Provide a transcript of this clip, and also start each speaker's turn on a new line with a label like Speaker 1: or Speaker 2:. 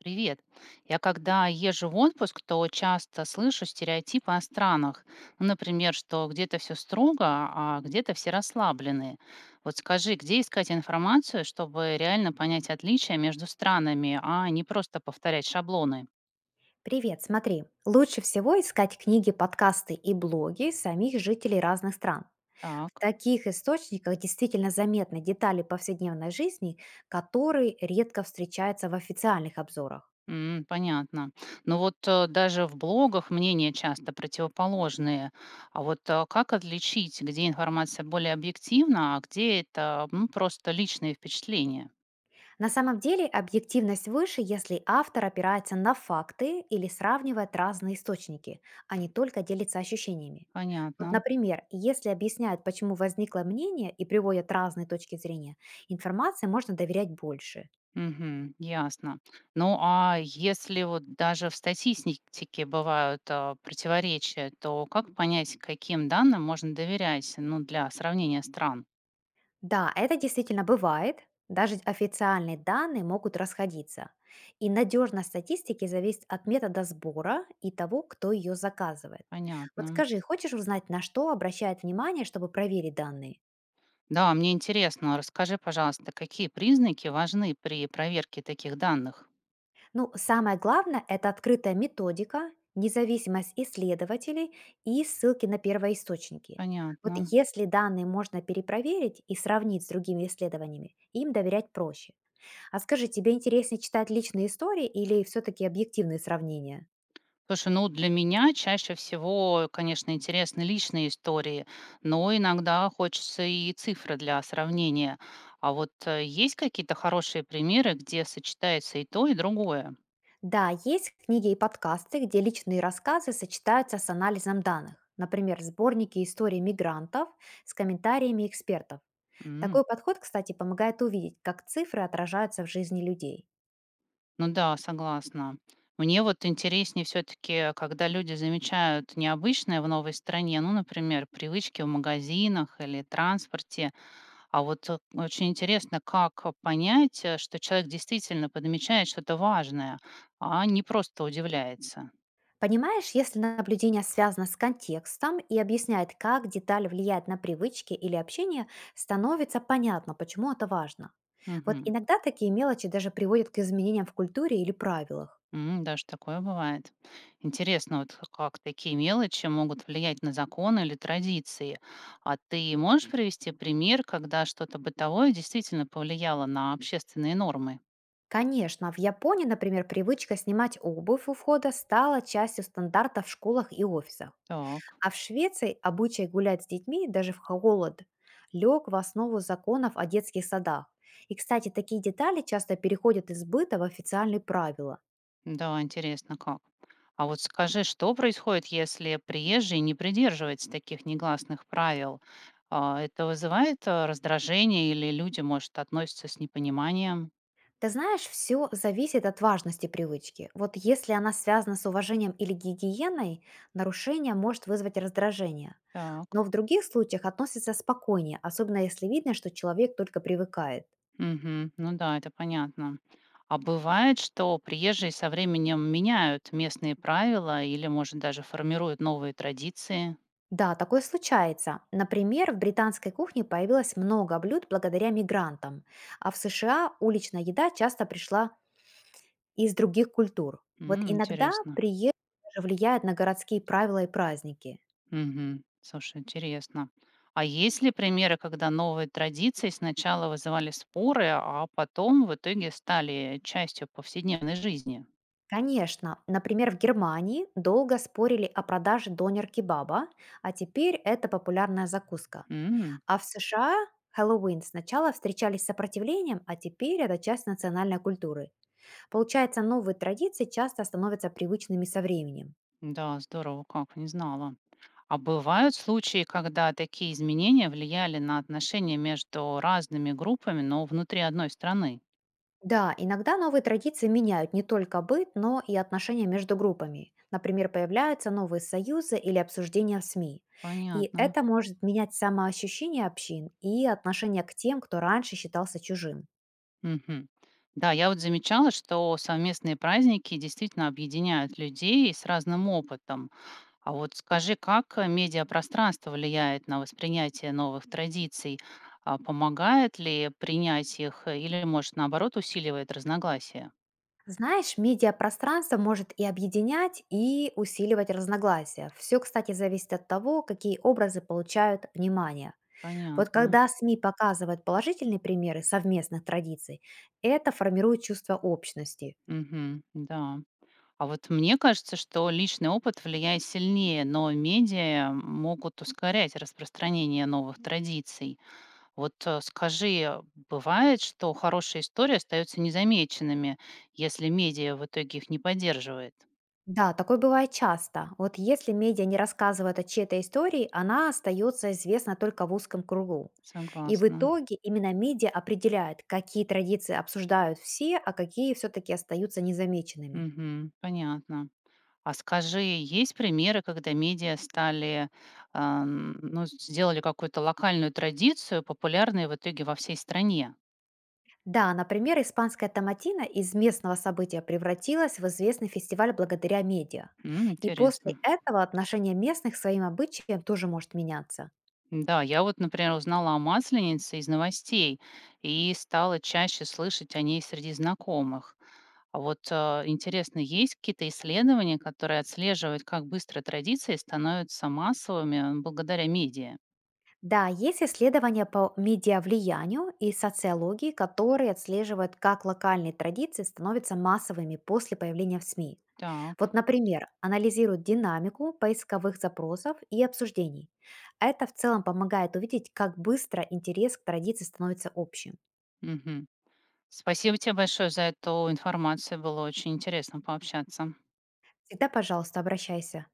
Speaker 1: Привет. Я когда езжу в отпуск, то часто слышу стереотипы о странах. Ну, например, что где-то все строго, а где-то все расслабленные. Вот скажи, где искать информацию, чтобы реально понять отличия между странами, а не просто повторять шаблоны?
Speaker 2: Привет, смотри. Лучше всего искать книги, подкасты и блоги самих жителей разных стран. В
Speaker 1: Так,
Speaker 2: таких источниках действительно заметны детали повседневной жизни, которые редко встречаются в официальных обзорах.
Speaker 1: м, понятно. Ну вот даже в блогах мнения часто противоположные. А вот как отличить, где информация более объективна, а где это ну, просто личные впечатления?
Speaker 2: На самом деле объективность выше, если автор опирается на факты или сравнивает разные источники, а не только делится ощущениями. Вот,
Speaker 1: Понятно.
Speaker 2: например, если объясняют, почему возникло мнение и приводят разные точки зрения, информации можно доверять больше.
Speaker 1: Мгм. Ясно. Ну, а если вот даже в статистике бывают противоречия, то как понять, каким данным можно доверять, ну, для сравнения стран?
Speaker 2: Да, это действительно бывает. Даже официальные данные могут расходиться. И надежность статистики зависит от метода сбора и того, кто ее заказывает. Вот
Speaker 1: Понятно.
Speaker 2: скажи, хочешь узнать, на что обращает внимание, чтобы проверить данные?
Speaker 1: Да, мне интересно. Расскажи, пожалуйста, какие признаки важны при проверке таких данных?
Speaker 2: Ну, самое главное– это открытая методика, независимость исследователей и ссылки на первоисточники. Вот
Speaker 1: Понятно.
Speaker 2: если данные можно перепроверить и сравнить с другими исследованиями, им доверять проще. А скажи, тебе интереснее читать личные истории или все-таки объективные сравнения?
Speaker 1: Слушай, ну для меня чаще всего, конечно, интересны личные истории, но иногда хочется и цифры для сравнения. А вот есть какие-то хорошие примеры, где сочетается и то, и другое?
Speaker 2: Да, есть книги и подкасты, где личные рассказы сочетаются с анализом данных. Например, сборники историй мигрантов с комментариями экспертов.
Speaker 1: М.
Speaker 2: Такой подход, кстати, помогает увидеть, как цифры отражаются в жизни людей.
Speaker 1: Ну да, согласна. Мне вот интереснее все-таки, когда люди замечают необычное в новой стране, ну, например, привычки в магазинах или транспорте. А вот очень интересно, как понять, что человек действительно подмечает что-то важное, а не просто удивляется.
Speaker 2: Понимаешь, если наблюдение связано с контекстом и объясняет, как деталь влияет на привычки или общение, становится понятно, почему это важно. Вот
Speaker 1: Мгм.
Speaker 2: иногда такие мелочи даже приводят к изменениям в культуре или правилах.
Speaker 1: М, даже такое бывает. Интересно, вот как такие мелочи могут влиять на законы или традиции. А ты можешь привести пример, когда что-то бытовое действительно повлияло на общественные нормы?
Speaker 2: Конечно, в Японии, например, привычка снимать обувь у входа стала частью стандарта в школах и офисах.
Speaker 1: Так.
Speaker 2: А в Швеции обычай гулять с детьми даже в холод лег в основу законов о детских садах. И, кстати, такие детали часто переходят из быта в официальные правила.
Speaker 1: Да, интересно как. А вот скажи, что происходит, если приезжий не придерживается таких негласных правил? А, это вызывает раздражение или люди, может, относятся с непониманием?
Speaker 2: Ты знаешь, все зависит от важности привычки. Вот если она связана с уважением или гигиеной, нарушение может вызвать раздражение. Но
Speaker 1: Так.
Speaker 2: в других случаях относится спокойнее, особенно если видно, что человек только привыкает.
Speaker 1: Мгм. Ну да, это понятно. А бывает, что приезжие со временем меняют местные правила или, может, даже формируют новые традиции?
Speaker 2: Да, такое случается. Например, в британской кухне появилось много блюд благодаря мигрантам, а в США уличная еда часто пришла из других культур. Вот
Speaker 1: М,
Speaker 2: иногда
Speaker 1: интересно.
Speaker 2: приезд даже влияет на городские правила и праздники.
Speaker 1: Мгм. Слушай, интересно. А есть ли примеры, когда новые традиции сначала вызывали споры, а потом в итоге стали частью повседневной жизни?
Speaker 2: Конечно, например, в Германии долго спорили о продаже донер-кебаба, а теперь это популярная закуска.
Speaker 1: М.
Speaker 2: А в США Хэллоуин сначала встречались с сопротивлением, а теперь это часть национальной культуры. Получается, новые традиции часто становятся привычными со временем.
Speaker 1: Да, здорово, как, не знала. А бывают случаи, когда такие изменения влияли на отношения между разными группами, но внутри одной страны?
Speaker 2: Да, иногда новые традиции меняют не только быт, но и отношения между группами. Например, появляются новые союзы или обсуждения в СМИ. И
Speaker 1: Понятно.
Speaker 2: это может менять самоощущение общин и отношение к тем, кто раньше считался чужим.
Speaker 1: Мгм. Да, я вот замечала, что совместные праздники действительно объединяют людей с разным опытом. А вот скажи, как медиапространство влияет на воспринятие новых традиций? А, помогает ли принять их, или, может, наоборот, усиливает разногласия?
Speaker 2: Знаешь, медиапространство может и объединять, и усиливать разногласия. Все, кстати, зависит от того, какие образы получают внимание. Вот
Speaker 1: Понятно.
Speaker 2: когда СМИ показывают положительные примеры совместных традиций, это формирует чувство общности.
Speaker 1: Мгм. Да. А вот мне кажется, что личный опыт влияет сильнее, но медиа могут ускорять распространение новых традиций. Вот скажи, бывает, что хорошие истории остаются незамеченными, если медиа в итоге их не поддерживает?
Speaker 2: Да, такое бывает часто. Вот если медиа не рассказывает о чьей-то истории, она остается известна только в узком кругу. И в
Speaker 1: Согласна.
Speaker 2: итоге именно медиа определяет, какие традиции обсуждают все, а какие все-таки остаются незамеченными.
Speaker 1: Мгм. Понятно. А скажи, есть примеры, когда медиа стали, ну, сделали какую-то локальную традицию, популярной в итоге во всей стране?
Speaker 2: Да, например, испанская томатина из местного события превратилась в известный фестиваль благодаря медиа.
Speaker 1: М,
Speaker 2: И после
Speaker 1: интересно.
Speaker 2: этого отношение местных к своим обычаям тоже может меняться.
Speaker 1: Да, я вот, например, узнала о масленице из новостей и стала чаще слышать о ней среди знакомых. А вот интересно, есть какие-то исследования, которые отслеживают, как быстро традиции становятся массовыми благодаря медиа?
Speaker 2: Да, есть исследования по медиавлиянию и социологии, которые отслеживают, как локальные традиции становятся массовыми после появления в СМИ.
Speaker 1: Так.
Speaker 2: Вот, например, анализируют динамику поисковых запросов и обсуждений. Это в целом помогает увидеть, как быстро интерес к традиции становится общим.
Speaker 1: Мгм. Спасибо тебе большое за эту информацию. Было очень интересно пообщаться.
Speaker 2: Всегда, пожалуйста, обращайся.